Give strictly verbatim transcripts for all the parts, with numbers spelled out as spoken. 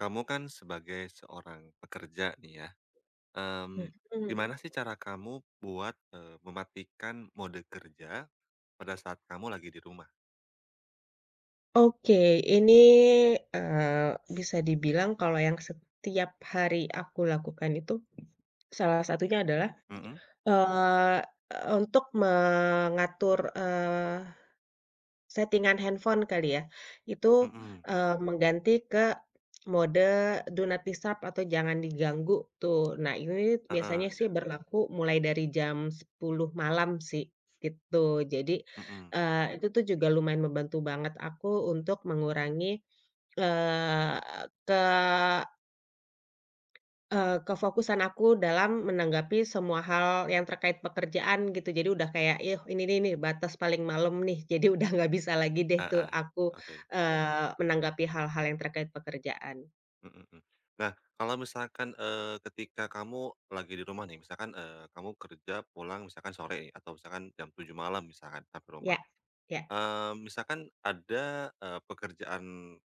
Kamu kan sebagai seorang pekerja nih ya, mmm, Mhm. gimana sih cara kamu buat, eee, mematikan mode kerja pada saat kamu lagi di rumah? Oke, ini, eee, bisa dibilang kalau yang setiap hari aku lakukan itu salah satunya adalah, Mhm eee, untuk mengatur, eh, settingan handphone kali ya? Itu, mhm. eee, mengganti ke mode do not disturb atau jangan diganggu tuh. Nah ini biasanya Heeh, ya. sih berlaku mulai dari jam sepuluh malam sih, gitu. Jadi, Mhm. eee, itu tuh juga lumayan membantu banget aku untuk mengurangi, eee, ke Eee, kefokusan aku dalam menanggapi semua hal yang terkait pekerjaan gitu. Jadi udah kayak, "Ih, ini nih nih batas paling malam nih." Jadi udah nggak bisa lagi deh tuh Heeh, aku, oke. eee, menanggapi hal-hal yang terkait pekerjaan. Mhm mhm. Nah, kalau misalkan, eee, ketika kamu lagi di rumah nih, misalkan, eee, kamu kerja pulang misalkan sore nih, atau misalkan jam tujuh malam misalkan sampai rumah. Ya, ya, Eee, misalkan ada, eee, pekerjaan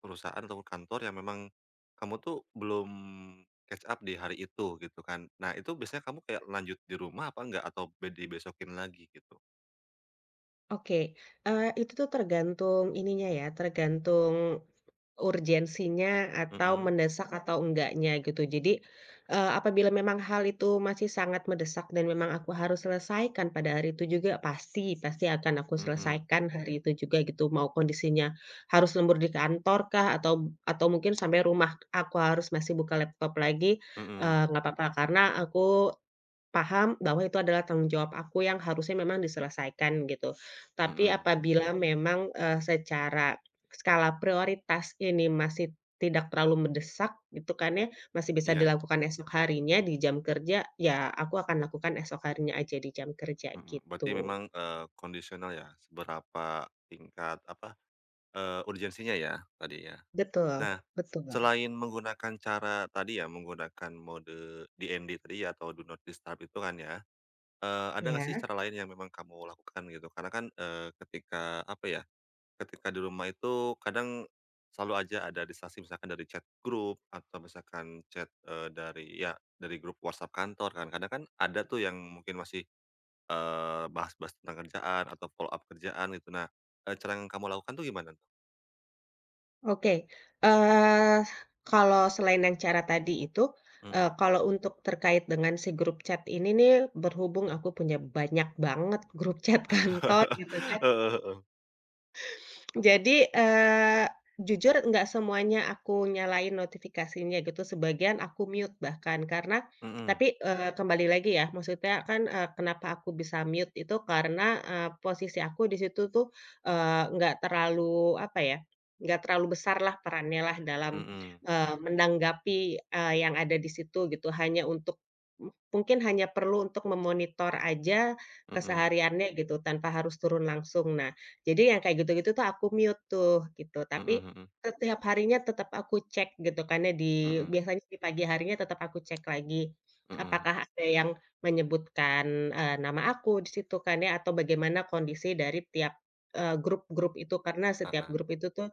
perusahaan atau kantor yang memang kamu tuh belum catch up di hari itu gitu kan. Nah itu biasanya kamu kayak lanjut di rumah apa enggak atau be dibesokin lagi gitu? oke. Eee, itu tuh tergantung ininya ya, tergantung urgensinya atau Mhm mendesak atau enggaknya gitu. Jadi, eee, apabila memang hal itu masih sangat mendesak dan memang aku harus selesaikan pada hari itu juga pasti pasti akan aku mhm selesaikan hari itu juga gitu. Mau kondisinya harus lembur di kantor kah atau atau mungkin sampai rumah aku harus masih buka laptop lagi, mhm eee, nggak apa-apa karena aku paham bahwa itu adalah tanggung jawab aku yang harusnya memang diselesaikan gitu. Tapi mhm. apabila memang, eee, secara skala prioritas ini masih tidak terlalu mendesak gitu kan ya, masih bisa Iya? dilakukan esok harinya di jam kerja, ya aku akan lakukan esok harinya aja di jam kerja Mhm, berarti gitu. memang, eee, kondisional ya seberapa tingkat apa, eee, urgensinya ya tadi ya. Betul Nah betul, selain menggunakan cara tadi ya menggunakan mode D N D tadi ya atau do not disturb itu kan ya. Eee, ada nggak sih ya. cara lain yang memang kamu lakukan gitu? Karena kan, eee, ketika apa ya, ketika di rumah itu kadang selalu aja ada distraksi misalkan dari chat grup atau misalkan chat, eee, dari ya dari grup WhatsApp kantor kan. Kadang kan ada tuh yang mungkin masih, eee, bahas-bahas tentang kerjaan atau follow up kerjaan gitu. Nah, eee, cara yang kamu lakukan tuh gimana tuh? Oke, eee, kalau selain yang cara tadi itu, eee, Mhm. kalau untuk terkait dengan si grup chat ini nih, berhubung aku punya banyak banget grup chat kantor gitu kan, Heeh heeh. jadi, eee, jujur nggak semuanya aku nyalain notifikasinya gitu, sebagian aku mute bahkan. Karena Mhm tapi, eee, kembali lagi ya, maksudnya kan, eee, kenapa aku bisa mute itu karena, eee, posisi aku di situ tuh, eee, nggak terlalu, apa ya, nggak terlalu besar lah perannya lah dalam, mhm eee, Mhm. menanggapi, eee, yang ada di situ gitu. Hanya untuk mungkin hanya perlu untuk memonitor aja mhm kesehariannya gitu, tanpa harus turun langsung. Nah jadi yang kayak gitu-gitu tuh aku mute tuh, gitu. Tapi mhm mhm setiap harinya tetap aku cek gitu karena di mhm biasanya di pagi harinya tetap aku cek lagi, mhm, heeh, mhm. apakah ada yang menyebutkan, eee, nama aku di situ kan ya atau bagaimana kondisi dari tiap, eee, grup-grup itu. Karena setiap Heeh. grup itu tuh,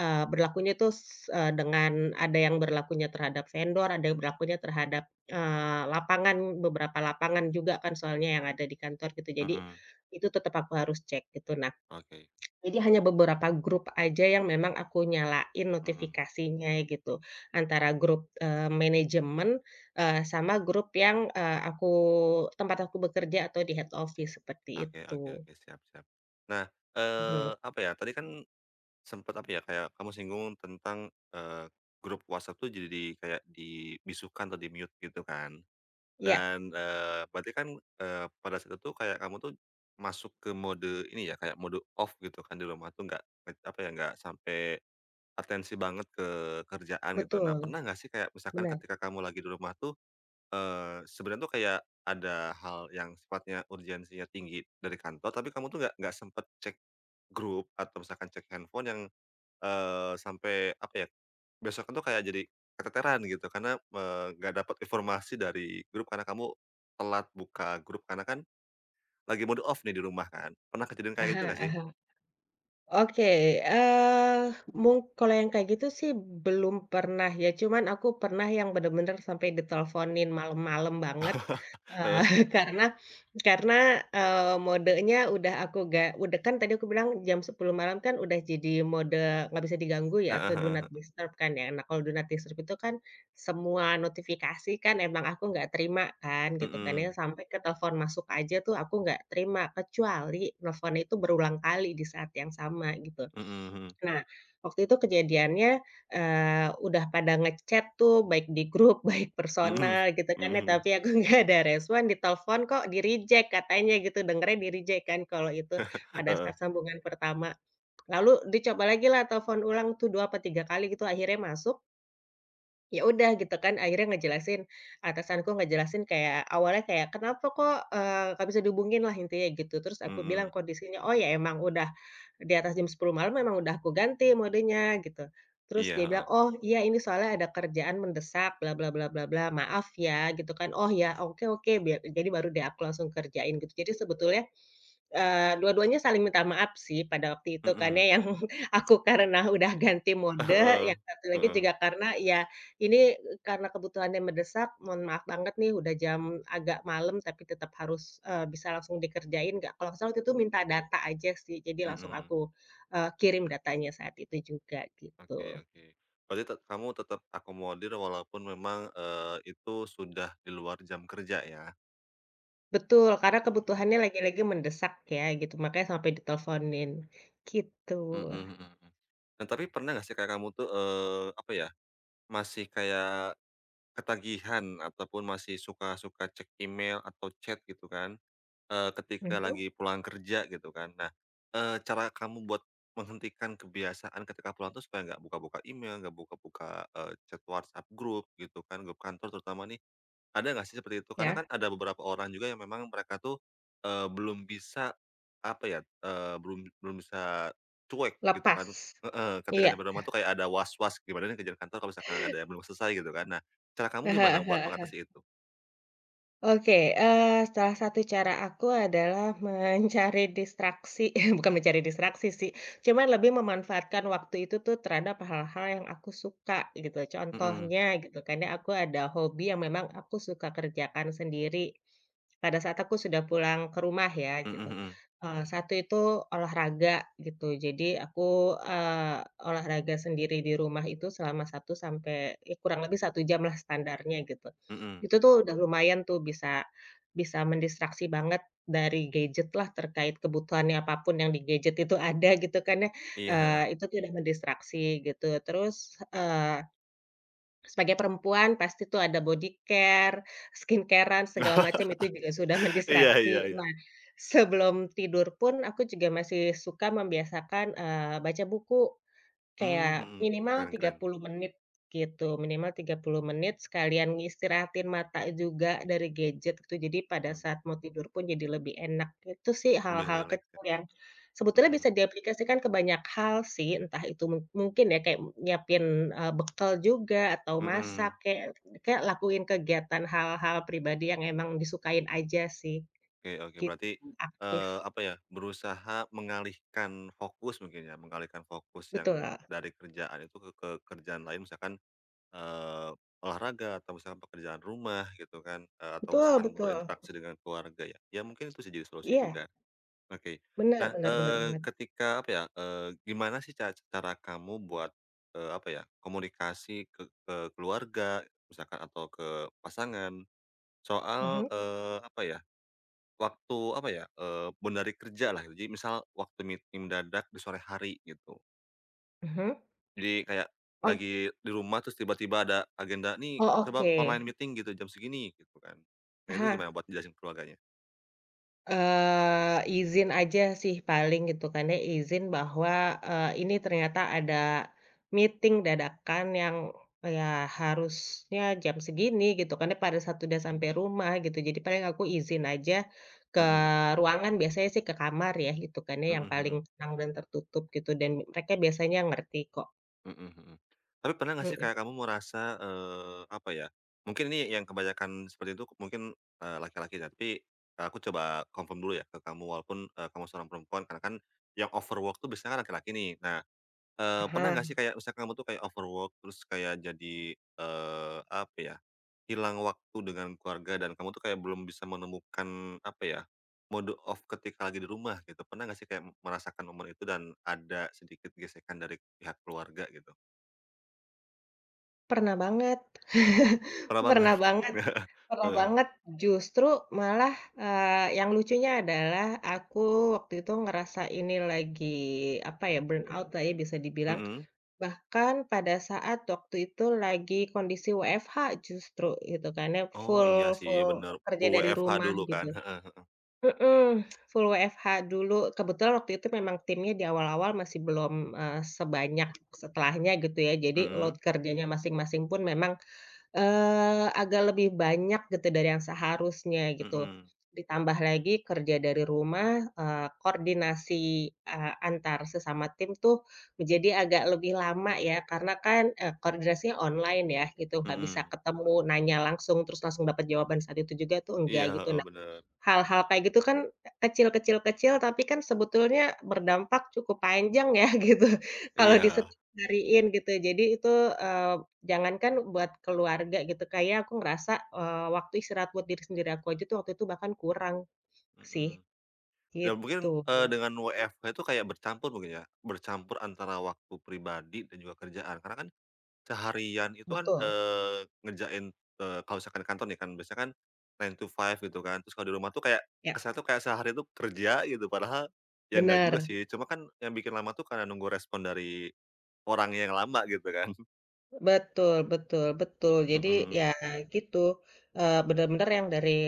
eee, berlakunya tuh s eee, dengan ada yang berlakunya terhadap vendor, ada yang berlakunya terhadap, eee, lapangan, beberapa lapangan juga kan soalnya yang ada di kantor gitu. Jadi Mhm. itu tetap aku harus cek gitu. Oke. Jadi hanya beberapa grup aja yang memang aku nyalain Mhm. notifikasinya gitu, antara grup, eee, manajemen, eee, sama grup yang, eee, aku tempat aku bekerja atau di head office seperti Oke oke itu. oke, siap siap. Nah, eee, Mhm, apa ya, tadi kan sempet apa ya, kayak kamu singgung tentang, eee, grup WhatsApp tuh jadi di, kayak dibisukan atau di-mute gitu kan. iya, Dan, eee, berarti kan, eee, pada saat itu kayak kamu tuh masuk ke mode ini ya, kayak mode off gitu kan di rumah tuh nggak apa ya, nggak sampai atensi banget ke kerjaan gitu. Nah, betul, pernah nggak sih kayak misalkan benar. ketika kamu lagi di rumah tuh, Eee, sebenarnya tuh kayak ada hal yang sifatnya urgensinya tinggi dari kantor, tapi kamu tuh nggak nggak sempet cek grup atau misalkan cek handphone yang, eee, sampai apa ya, besoknya tuh kayak jadi keteteran gitu karena, eee, nggak dapat informasi dari grup karena kamu telat buka grup karena kan lagi mode off nih di rumah kan. Pernah kejadian Ah kayak hah gitu nggak sih? ah. Oke, eee, mung kalau yang kayak gitu sih belum pernah ya, cuman aku pernah yang bener-bener sampai diteleponin malam-malam banget, eee, Heeh, karena karena, eee, modenya udah aku gak, udah kan tadi aku bilang jam sepuluh malam kan udah jadi mode nggak bisa diganggu ya atau heeh do heeh not heeh. disturb kan ya. Nah, kalau do not disturb itu kan semua notifikasi kan emang aku nggak terima kan gitu kan ya, Mhm, sampai ke telepon masuk aja tuh aku nggak terima, kecuali nelfon itu berulang kali di saat yang sama gitu. mhm. Nah, waktu itu kejadiannya, eee, udah pada ngechat tuh baik di grup, baik Mhm mhm, personal gitu kan mhm, ya, mhm, tapi aku nggak ada respon, di telepon kok di-reject katanya gitu, dengernya di-reject kan kalau itu pada heeh, saat sambungan pertama. Lalu dicoba lagi lah telepon ulang tuh dua apa tiga kali gitu, akhirnya masuk. Ya udah gitu kan akhirnya ngejelasin, atasanku ngejelasin kayak awalnya kayak, "Kenapa kok, eee, nggak bisa dihubungin?" lah intinya gitu. Terus aku bilang mhm, kondisinya, "Oh ya emang udah di atas jam sepuluh malam memang udah aku ganti modenya," gitu. Terus iya, dia heeh, bilang, "Oh iya ini soalnya ada kerjaan mendesak bla bla bla bla bla, maaf ya," gitu kan. "Oh ya oke oke," biar jadi baru deh aku langsung kerjain gitu. Jadi sebetulnya, eee, dua-duanya saling minta maaf sih pada waktu itu karena mhm, yang aku karena udah ganti mode, heeh, yang satu lagi heeh. juga karena ya ini e, karena kebutuhannya mendesak, mohon maaf banget nih udah jam agak malam tapi tetap harus, eee, bisa langsung dikerjain nggak? Kalau nggak salah waktu itu minta data aja sih, jadi langsung Mhm. aku, eee, kirim datanya saat itu juga Oke gitu. oke. Berarti tet kamu tetap akomodir walaupun memang, eee, itu sudah di luar jam kerja ya? Betul, karena Mhm. kebutuhannya lagi-lagi mendesak ya gitu, makanya sampai diteleponin, gitu. Mhm mhm mhm. Nah, tapi pernah nggak sih kayak kamu tuh, eee, apa ya, masih kayak ketagihan ataupun masih suka-suka cek email atau chat gitu kan, eee, ketika Mhm, lagi pulang kerja gitu kan. Nah, eee, cara kamu buat menghentikan kebiasaan ketika pulang tuh supaya nggak buka-buka email, nggak buka-buka, eee, chat WhatsApp grup gitu kan, grup kantor terutama nih, ada nggak sih seperti itu? Karena kan ya? ada beberapa orang juga yang memang mereka tuh, eee, belum bisa, apa ya, eee, belum belum bisa cuek gitu kan Lepas. heeh, ketika Iya, nyampe rumah tuh kayak ada was-was gimana nih kerjaan kantor kalau misalkan ada yang belum selesai gitu kan. Nah, cara kamu gimana buat mengatasi itu? oke, eee, salah satu cara aku adalah mencari distraksi bukan mencari distraksi sih, cuman lebih memanfaatkan waktu itu tuh terhadap hal-hal yang aku suka gitu. Mhm, Contohnya gitu karena aku ada hobi yang memang aku suka kerjakan sendiri pada saat aku sudah pulang ke rumah ya gitu. mhm Eee, satu itu olahraga gitu. Jadi aku, eee, olahraga sendiri di rumah itu selama satu sampai ya kurang lebih satu jam lah standarnya gitu. mhm, mhm, Itu tuh udah lumayan tuh bisa bisa mendistraksi banget dari gadget lah terkait kebutuhannya apapun yang di gadget itu ada gitu kan ya, iya, heeh. eee, itu tuh udah mendistraksi gitu. Terus, eee, sebagai perempuan pasti tuh ada bodycare, skincare-an segala macam itu juga sudah Iya iya mendistraksi. iya, Nah, sebelum tidur pun aku juga masih suka membiasakan, eee, baca buku. mmm, Kayak mhm, minimal keren tiga keren, puluh menit gitu, minimal tiga puluh menit sekalian ngistirahatin mata juga dari gadget gitu, jadi pada mhm, saat mau tidur pun jadi lebih enak. Itu sih lebih hal-hal rileks kecil ya, yang sebetulnya mhm, bisa diaplikasikan ke banyak hal sih, entah itu mung mungkin ya kayak nyiapin, eee, bekal juga atau masak, mhm. kayak kayak lakuin kegiatan hal-hal pribadi yang emang disukain aja sih, Oke oke, gitu, berarti, eee, aktif. apa ya, berusaha mengalihkan fokus mungkin ya, mengalihkan fokus Betul yang dari kerjaan itu ke ke kerjaan lain misalkan, eee, olahraga atau misalkan pekerjaan rumah gitu kan, eee, atau betul misalkan betul. berinteraksi dengan keluarga ya, ya mungkin itu sih jadi solusi Iya, juga. Oke. benar Nah, benar benar eee, banget. ketika apa ya, eee, gimana sih ca cara kamu buat, eee, apa ya, komunikasi ke ke keluarga misalkan atau ke pasangan soal, Mhm, eee, apa ya, waktu apa ya, eee, benar-benar kerja lah, gitu. Jadi misal waktu meeting mendadak di sore hari gitu. mhm. Jadi kayak Oh lagi di rumah terus tiba-tiba ada agenda, "Nih oh coba oke. online meeting gitu jam segini," gitu kan. Nah itu Aha, gimana buat jelasin ke keluarganya? eee, izin aja sih paling gitu kan ya, izin bahwa, eee, ini ternyata ada meeting dadakan yang ya harusnya jam segini gitu kan ya, pada saat udah sampai rumah gitu. Jadi paling aku izin aja ke Mhm, ruangan, biasanya sih ke kamar ya gitu kan ya, yang paling mhm tenang dan tertutup gitu dan mereka biasanya ngerti kok. mhm, mhm mhm. Tapi pernah nggak sih Mhm, kayak kamu merasa, eee, apa ya, mungkin ini yang kebanyakan seperti itu mungkin, eee, laki-laki ya, tapi aku coba confirm dulu ya ke kamu walaupun, eee, kamu seorang perempuan karena kan yang overwork tuh biasanya kan laki-laki nih. Nah, Eee, pernah nggak aha, sih kayak misalkan kamu tuh kayak overwork terus kayak jadi, eee, apa ya, hilang waktu dengan keluarga dan kamu tuh kayak belum bisa menemukan apa ya, mode off ketika lagi di rumah gitu. Pernah nggak sih kayak merasakan momen itu dan ada sedikit gesekan dari pihak keluarga gitu? pernah banget. Pernah banget? Pernah banget. Pernah Heeh, banget, justru malah, eee, yang lucunya adalah aku waktu itu ngerasa ini lagi, apa ya, burnout lah ya bisa dibilang, mhm. bahkan pada saat waktu itu lagi kondisi W F H justru gitu kan ya, Oh iya full sih full bener, kerja full dari W F H rumah dulu kan, gitu. heeh heeh. Mhm, full W F H dulu, kebetulan waktu itu memang timnya di awal-awal masih belum, eee, sebanyak setelahnya gitu ya, jadi Mhm, load kerjanya masing-masing pun memang Eee, agak lebih banyak gitu dari yang seharusnya mhm, gitu. mhm. Ditambah lagi kerja dari rumah, eee, koordinasi, eee, antar sesama tim tuh menjadi agak lebih lama ya karena kan, eee, koordinasinya online ya gitu, nggak bisa Mhm. ketemu, nanya langsung, terus langsung dapat jawaban saat itu juga tuh Iya, enggak gitu. heeh, Nah bener. hal-hal kayak gitu kan kecil kecil kecil, tapi kan sebetulnya berdampak cukup panjang ya gitu, kalau Iya, disetiap hariin gitu. Jadi itu, eee, jangankan buat keluarga gitu, kayak aku ngerasa, eee, waktu istirahat buat diri sendiri aku aja tuh waktu itu bahkan kurang sih, mhm. Ya mungkin, gitu. eee, dengan W F H itu kayak bercampur mungkin ya, bercampur antara waktu pribadi dan juga kerjaan. Karena kan seharian itu kan, Betul. eee, ngerjain, eee, kalau misalkan di kantor nih kan biasanya kan nine to five gitu kan. Terus kalau di rumah tuh kayak Ya, kesannya tuh kayak sehari tuh kerja gitu, padahal ya enggak juga benar. sih. Cuma kan yang bikin lama tuh karena nunggu respon dari orang yang lama gitu kan. Betul betul betul. Jadi Mhm mhm. ya gitu, eee, bener-bener yang dari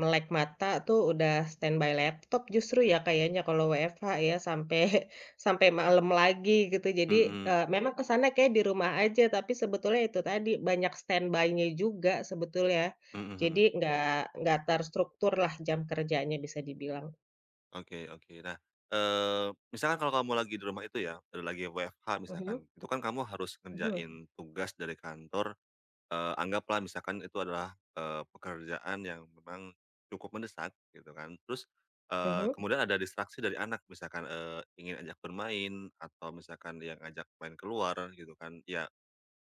melek mata tuh udah standby laptop justru ya kayaknya kalau W F H ya sampai sampai malam lagi gitu. Jadi, Mhm eee, memang kesana kayak di rumah aja, tapi sebetulnya itu tadi banyak standby-nya juga sebetulnya. mhm mhm. Jadi nggak nggak terstruktur lah jam kerjanya bisa dibilang. Oke oke. Nah, eee, misalkan kalau kamu lagi di rumah itu ya, eee, lagi W F H Mhm misalkan, itu kan kamu harus mhm ngerjain tugas dari kantor, eee, anggaplah misalkan itu adalah, eee, pekerjaan yang memang cukup mendesak gitu kan. Terus, eee, mhm. kemudian ada distraksi dari anak misalkan, eee, ingin ajak bermain atau misalkan yang ajak main keluar gitu kan. Ya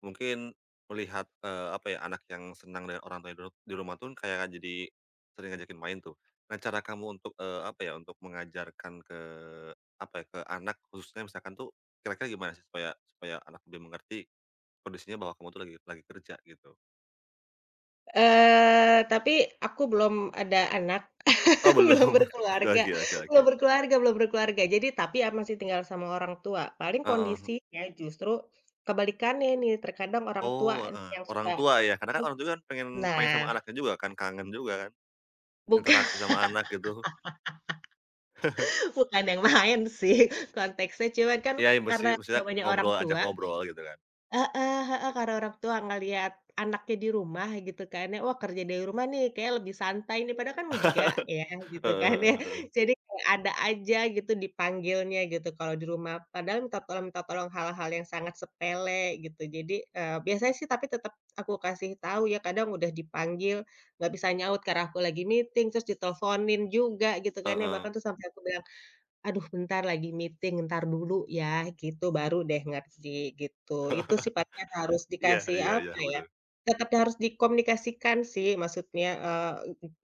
mungkin melihat, eee, apa ya, anak yang senang dengan orang tuanya dulu di rumah tuh kayak jadi sering ngajakin main tuh. Nah, cara kamu untuk, eee, apa ya, untuk mengajarkan ke apa ya, ke anak khususnya misalkan tuh kira-kira gimana sih supaya supaya anak lebih mengerti kondisinya bahwa kamu tuh lagi lagi kerja gitu? Eee, tapi aku belum ada anak, Oh belum, belum berkeluarga oke oke oke oke. belum berkeluarga belum berkeluarga. Jadi tapi a masih tinggal sama orang tua. Paling Heeh. kondisinya justru kebalikannya nih, terkadang orang tua Oh, heeh, yang orang suka tua ya, karena kan orang tua kan pengen main sama nah, anaknya juga kan, kangen juga kan, bukan interaksi sama anak gitu. bukan yang main sih konteksnya, cuman kan Iya, ya mesti karena mestinya namanya orang ngobrol, ajak tua. ngobrol gitu kan. Heeh heeh, karena orang tua ngelihat anaknya di rumah gitu kan ya, wah kerja dari rumah nih kayak lebih santai nih, padahal kan enggak ya gitu kan ya. heeh. Jadi kayak ada aja gitu dipanggilnya gitu kalau di rumah, padahal minta tolong minta tolong hal-hal yang sangat sepele gitu. Jadi, eee, biasanya sih tapi tetap aku kasih tahu ya, kadang udah dipanggil nggak bisa nyaut karena aku lagi meeting, terus diteleponin juga gitu kan ya, Heeh. bahkan tuh sampai aku bilang, "Aduh bentar lagi meeting, ntar dulu ya," gitu baru deh ngerti gitu. Itu sifatnya harus Iya dikasih iya iya, apa ya, bener. tetap harus dikomunikasikan sih maksudnya, eee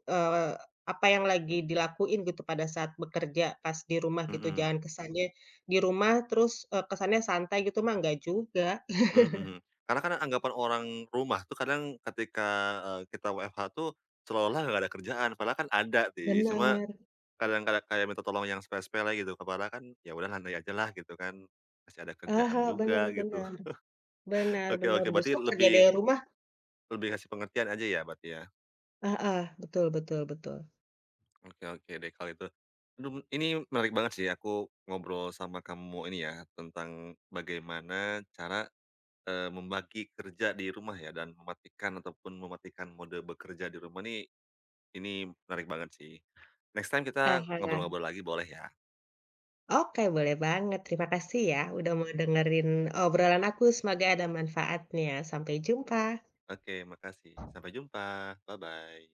eee, apa yang lagi dilakuin gitu pada saat bekerja pas di rumah gitu, Mhm jangan kesannya di rumah terus, eee, kesannya santai gitu mah enggak juga. mhm. Karena kan anggapan orang rumah tuh kadang ketika, eee, kita W F H tuh seolah-olah nggak ada kerjaan, padahal kan ada sih, cuma Benar. kadang-kadang kayak minta tolong yang sepele-sepele gitu, padahal kan ya udah santai ajalah gitu kan, masih ada kerjaan Heeh, benar juga gitu. benar benar Oke benar oke, berarti justru kerja lebih dari rumah. lebih kasih pengertian aja ya berarti ya? Heeh, betul betul betul. Oke oke deh kalau itu. Aduh, ini menarik banget sih aku ngobrol sama kamu ini ya, tentang bagaimana cara Eee, membagi kerja di rumah ya dan mematikan ataupun mematikan mode bekerja di rumah nih, ini menarik banget sih. Next time kita Ah ngobrol-ngobrol lagi boleh ya? Oke, boleh banget. Terima kasih ya udah mau dengerin obrolan aku. Semoga ada manfaatnya. Sampai jumpa. Oke makasih, sampai jumpa, bye-bye.